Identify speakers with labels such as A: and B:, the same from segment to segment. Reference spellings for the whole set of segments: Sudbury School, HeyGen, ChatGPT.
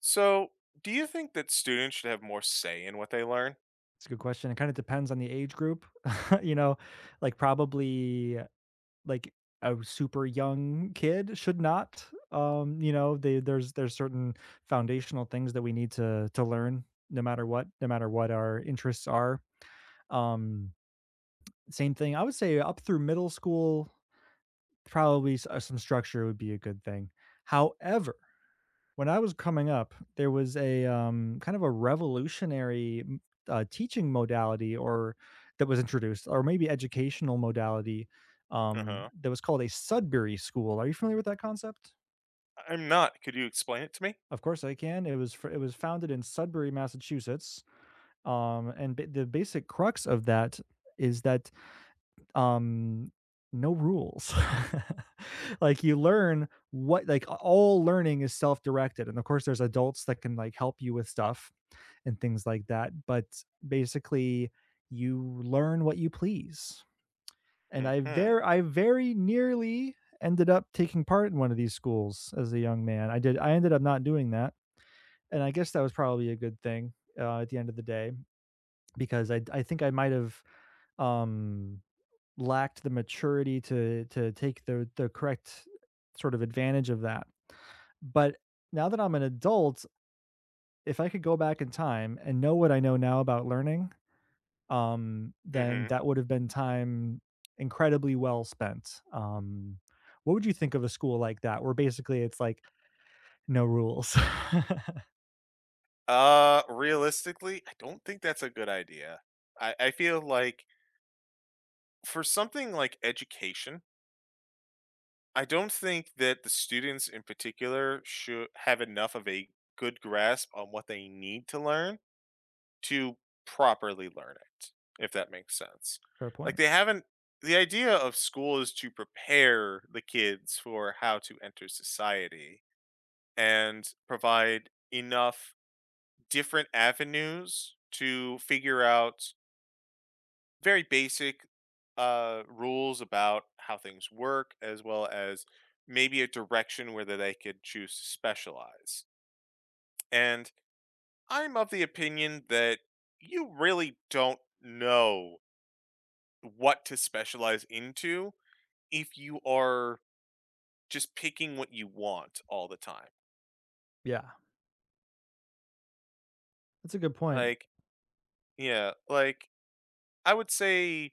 A: So, do you think that students should have more say in what they learn?
B: It's a good question. It kind of depends on the age group. You know, like, probably, like, a super young kid should not, they there's certain foundational things that we need to learn no matter what our interests are. Um, Same thing, I would say up through middle school, probably s some structure would be a good thing. However, when I was coming up, there was kind of a revolutionary, m teaching modality, or that was introduced, or maybe educational modality,
A: Uh-huh.
B: that was called a Sudbury School. Are you familiar with that concept?
A: I'm not. Could you explain it to me?
B: Of course I can. It was founded in Sudbury, Massachusetts, and b the basic crux of that is that, um, no rules. Like, you learn what like, all learning is self-directed, and of course, there's adults that can, like, help you with stuff and things like that. But basically, you learn what you please. And I
A: Mm-hmm.
B: very, I very nearly ended up taking part in one of these schools as a young man. I did. I ended up not doing that, and I guess that was probably a good thing, at the end of the day, because I think I might have, um, lacked the maturity to take the correct sort of advantage of that. But now that I'm an adult, if I could go back in time and know what I know now about learning, then
A: Mm-hmm.
B: that would have been time incredibly well spent. What would you think of a school like that where basically it's like no rules?
A: Realistically, I don't think that's a good idea. I feel like for something like education, I don't think that the students in particular should have enough of a good grasp on what they need to learn to properly learn it, if that makes sense.
B: Fair
A: Like
B: point.
A: they haven't the idea of school is to prepare the kids for how to enter society and provide enough different avenues to figure out very basic rules about how things work, as well as maybe a direction where they could choose to specialize. And I'm of the opinion that you really don't know what to specialize into if you are just picking what you want all the time.
B: Yeah, that's a good point.
A: Like, yeah, like, I would say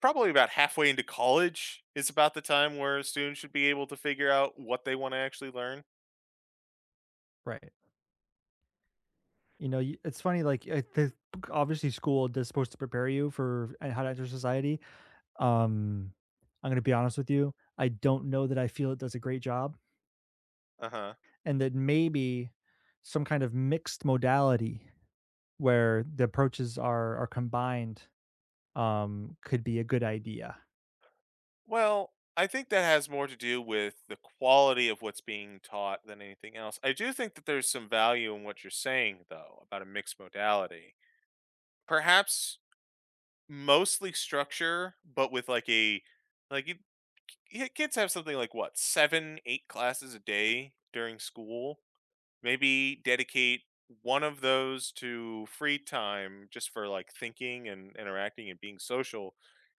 A: probably about halfway into college is about the time where students should be able to figure out what they want to actually learn.
B: Right. You know, it's funny. Like, obviously, school is supposed to prepare you for and how to enter society. Um, I'm going to be honest with you. I don't know that I feel it does a great job,
A: Uh huh.
B: and that maybe some kind of mixed modality where the approaches are combined, could be a good idea.
A: Well, I think that has more to do with the quality of what's being taught than anything else. I do think that there's some value in what you're saying, though, about a mixed modality. Perhaps mostly structure, but with, like, a like you ki kids have something like what, 7, 8 classes a day during school. Maybe dedicate one of those to free time just for, like, thinking and interacting and being social,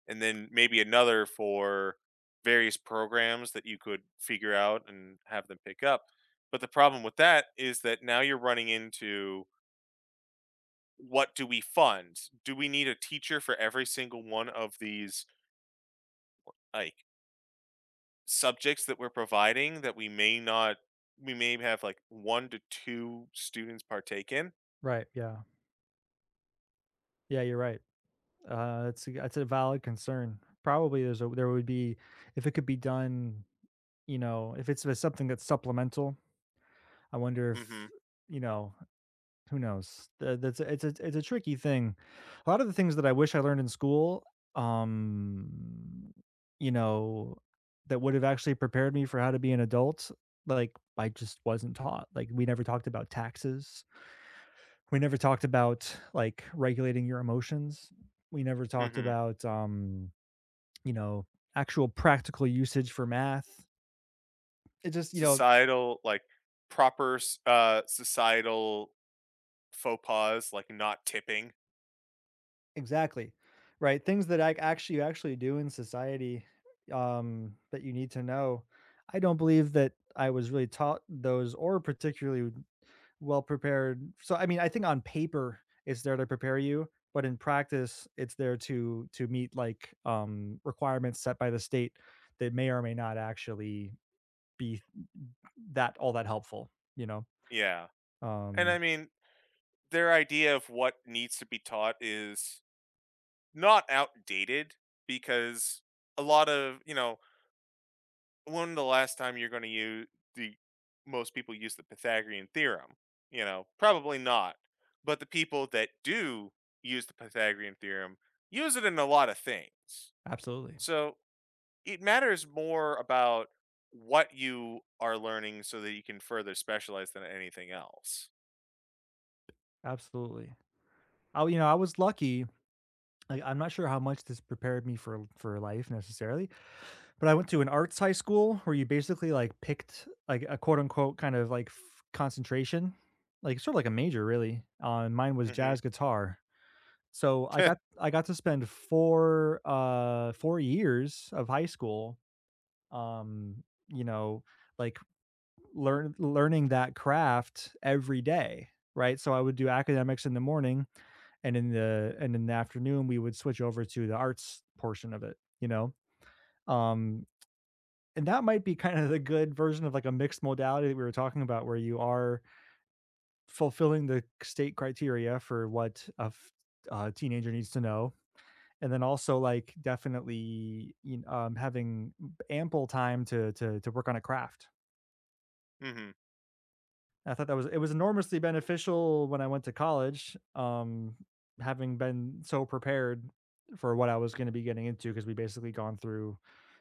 A: and then maybe another for various programs that you could figure out and have them pick up. But the problem with that is that now you're running into, what do we fund? Do we need a teacher for every single one of these, like, subjects that we're providing that we may not we may have, like, one to two students partake in?
B: Right, yeah. Yeah, you're right. That's a valid concern. Probably there would be, if it could be done, you know, if it's with something that's supplemental, I wonder if,
A: Mm-hmm.
B: you know, who knows? It's a tricky thing. A lot of the things that I wish I learned in school, um, you know, that would have actually prepared me for how to be an adult, like I just wasn't taught. Like, we never talked about taxes. We never talked about, like, regulating your emotions. We never talked
A: Mm-hmm.
B: about, you know, actual practical usage for math. It just
A: Societal, like, proper, societal faux pas, like not tipping.
B: exactly, right? Things that I actually you actually do in society, that you need to know. I don't believe that I was really taught those or particularly well prepared. So I mean, I think on paper it's there to prepare you, but in practice it's there to meet, like, requirements set by the state that may or may not actually be that all that helpful, you know.
A: Yeah. And I
B: Um
A: mean, their idea of what needs to be taught is not outdated because a lot of, when the last time you're going to use the most people use the Pythagorean theorem? Probably not. But the people that do use the Pythagorean theorem use it in a lot of things.
B: Absolutely.
A: So it matters more about what you are learning so that you can further specialize than anything else.
B: Absolutely. I was lucky. Like, I'm not sure how much this prepared me for life necessarily, but I went to an arts high school where you basically, like, picked, like, a quote unquote kind of, like, concentration, like sort of like a major really. And mine was
A: Mhm.
B: jazz guitar. So I got to spend 4 years of high school, um, you know, like learning that craft every day, right? So I would do academics in the morning, and in the afternoon we would switch over to the arts portion of it, um and that might be kind of the good version of, like, a mixed modality that we were talking about, where you are fulfilling the state criteria for what a teenager needs to know. And then, also, like, definitely, having ample time to work on a craft.
A: Mhm.
B: I thought that was it was enormously beneficial when I went to college, having been so prepared for what I was going to be getting into, because we basically gone through,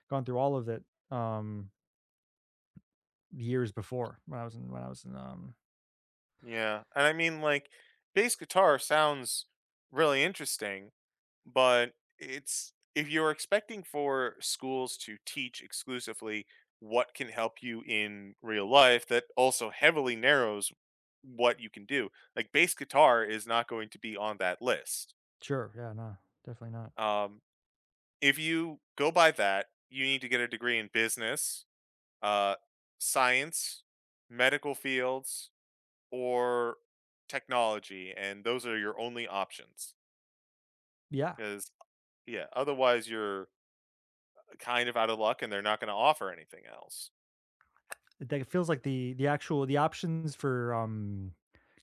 B: all of it, um, years before, when I was in.
A: Yeah, and I mean, like, bass guitar sounds really interesting. But it's if you're expecting for schools to teach exclusively what can help you in real life, that also heavily narrows what you can do. Like, bass guitar is not going to be on that list.
B: Sure, yeah, no, definitely not.
A: Um, if you go by that, you need to get a degree in business, uh, science, medical fields, or technology, and those are your only options.
B: Yeah,
A: Because, yeah, otherwise you're kind of out of luck and they're not going to offer anything else.
B: it like, it feels like the options for,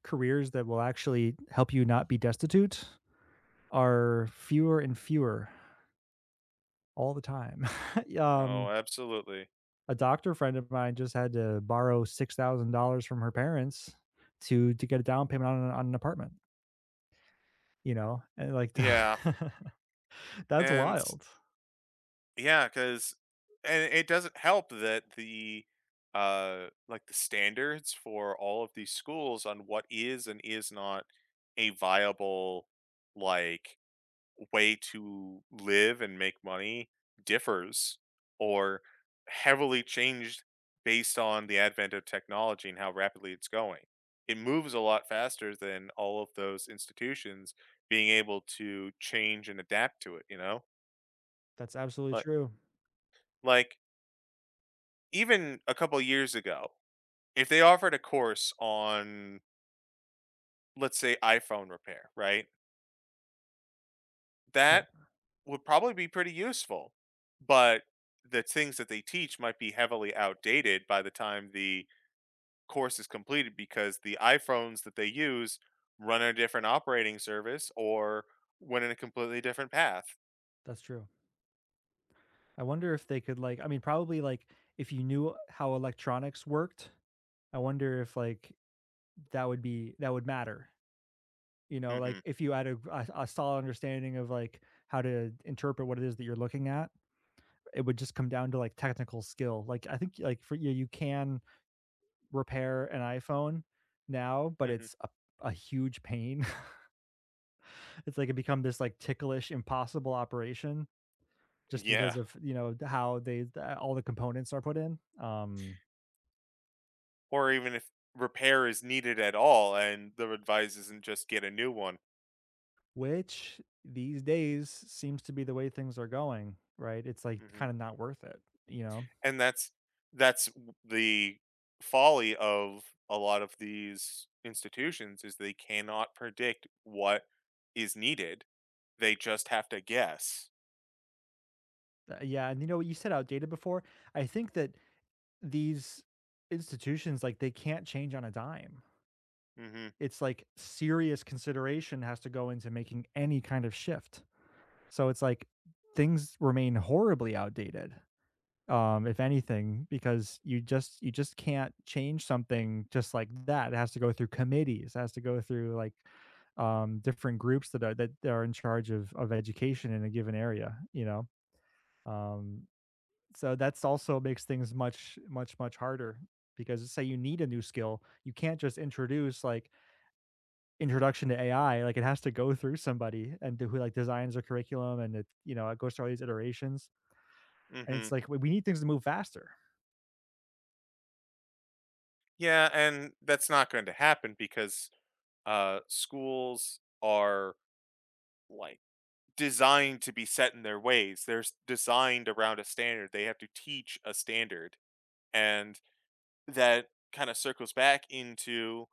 B: careers that will actually help you not be destitute are fewer and fewer all the time. Um,
A: Oh, absolutely.
B: a doctor friend of mine just had to borrow $6,000 from her parents to get a down payment on an apartment, and, like,
A: Yeah.
B: that's
A: And,
B: wild.
A: yeah, cuz and it doesn't help that the standards for all of these schools on what is and is not a viable, like, way to live and make money differs or heavily changed based on the advent of technology and how rapidly it's going. It moves a lot faster than all of those institutions being able to change and adapt to it, you know?
B: That's absolutely
A: Like
B: true.
A: like even a couple years ago, if they offered a course on, let's say, iPhone repair, right?
B: Right,
A: That would probably be pretty useful, but the things that they teach might be heavily outdated by the time the course is completed because the iPhones that they use run on a different operating service or went in a completely different path.
B: that's true. I wonder if they could, like I mean, probably, like, if you knew how electronics worked, I wonder if, like, that would matter, you know?
A: Hmm.
B: Like, if you had a solid understanding of, like, how to interpret what it is that you're looking at, it would just come down to, like, technical skill. Like, I think, like, for you can repair an iPhone now, but
A: Hmm.
B: it's a huge pain. It's like it become this, like, ticklish, impossible operation just
A: Yeah.
B: because of, how they the all the components are put in,
A: Or even if repair is needed at all and the advice isn't just get a new one.
B: which these days seems to be the way things are going, right? It's, like,
A: Hmm.
B: kinda not worth it, you know?
A: And that's the folly of a lot of these institutions is they cannot predict what is needed, they just have to guess.
B: Yeah, and you know what you said outdated before? I think that these institutions, like, they can't change on a dime.
A: Mhm.
B: It's like serious consideration has to go into making any kind of shift. So it's like things remain horribly outdated. If anything, because you just can't change something just like that. It has to go through committees. It has to go through, like, different groups that are in charge of education in a given area. Um, so that's also makes things much much much harder, because, say, you need a new skill. You can't just introduce, like, introduction to AI. Like, it has to go through somebody and do who, like, designs their curriculum, and it goes through all these iterations, and it's
A: Mhm.
B: like, we need things to move faster.
A: Yeah, and that's not going to happen because schools are, like, designed to be set in their ways, they're designed around a standard, they have to teach a standard, and that kind of circles back into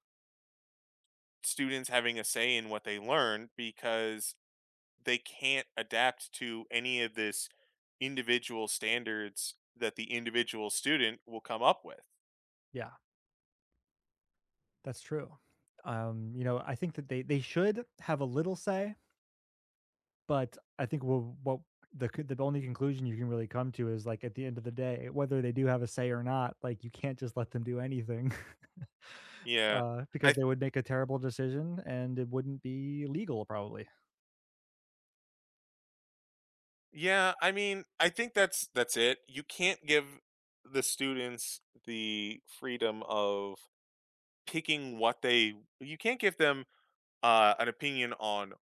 A: students having a say in what they learn because they can't adapt to any of this individual standards that the individual student will come up with.
B: Yeah, that's true. I think that they should have a little say, but I think we'll what the c the only conclusion you can really come to is, like, at the end of the day, whether they do have a say or not, like, you can't just let them do anything.
A: Yeah.
B: uh,
A: I
B: because they would make a terrible decision and it wouldn't be legal, probably.
A: Yeah, I mean, I think that's it. You can't give the students the freedom of picking what they you can't give them an opinion on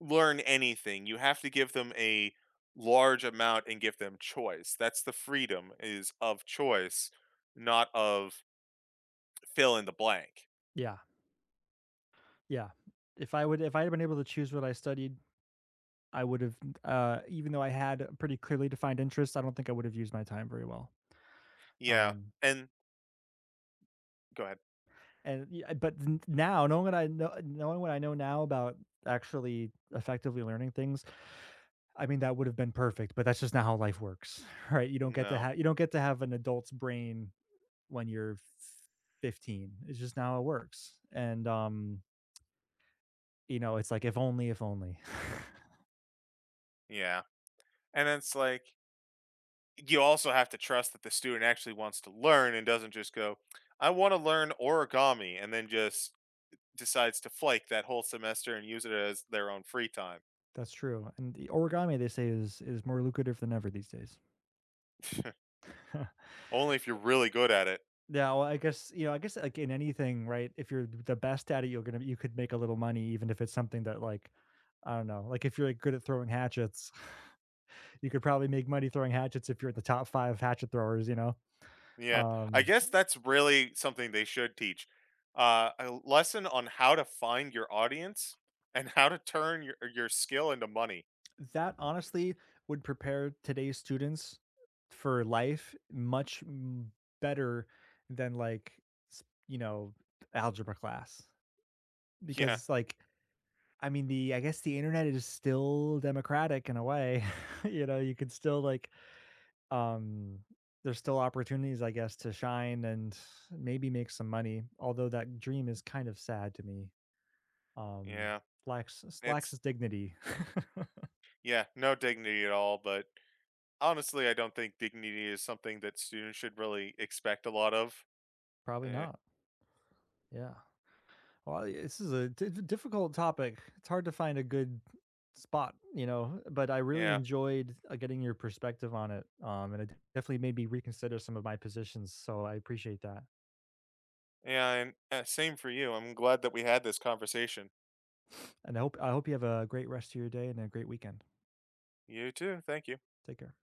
A: learn anything. You have to give them a large amount and give them choice. That's the freedom is of choice, not of fill in the blank.
B: Yeah, yeah. If I had been able to choose what I studied, I would have, even though I had a pretty clearly defined interests, I don't think I would have used my time very well.
A: Yeah.
B: Um,
A: And go ahead.
B: and yeah, but now knowing what I know, now about actually effectively learning things, I mean, that would have been perfect. But that's just not how life works, right? You don't get to
A: No.
B: have you don't get to have an adult's brain when you're 15. It's just not how it works. And it's like, if only, if only.
A: Yeah. And it's like you also have to trust that the student actually wants to learn and doesn't just go, I want to learn origami and then just decides to flake that whole semester and use it as their own free time.
B: That's true. And the origami, they say, is more lucrative than ever these days.
A: Only if you're really good at it.
B: Yeah, well, I guess, like, in anything, right? If you're the best at it, you could make a little money, even if it's something that, like, I don't know, like, if you're, like, good at throwing hatchets, you could probably make money throwing hatchets if you're at the top five hatchet throwers.
A: Yeah, I
B: Um
A: guess that's really something they should teach. A lesson on how to find your audience and how to turn your skill into money.
B: That honestly would prepare today's students for life much better than, like, s- you know algebra class,
A: Yeah,
B: because, like, I mean, the I guess the internet is still democratic in a way, you know you could still like um there's still opportunities, I guess, to shine and maybe make some money, although that dream is kind of sad to me, um
A: yeah.
B: lacks
A: It's
B: its dignity.
A: Yeah, no dignity at all, but honestly, I don't think dignity is something that students should really expect a lot of.
B: Probably
A: Eh,
B: not. Yeah. Well, this is a difficult topic. It's hard to find a good spot, but I really
A: yeah.
B: enjoyed, getting your perspective on it, and it definitely made me reconsider some of my positions, so I appreciate that.
A: Yeah, and same for you. I'm glad that we had this conversation.
B: And I hope you have a great rest of your day and a great weekend.
A: You too. Thank you.
B: Take care.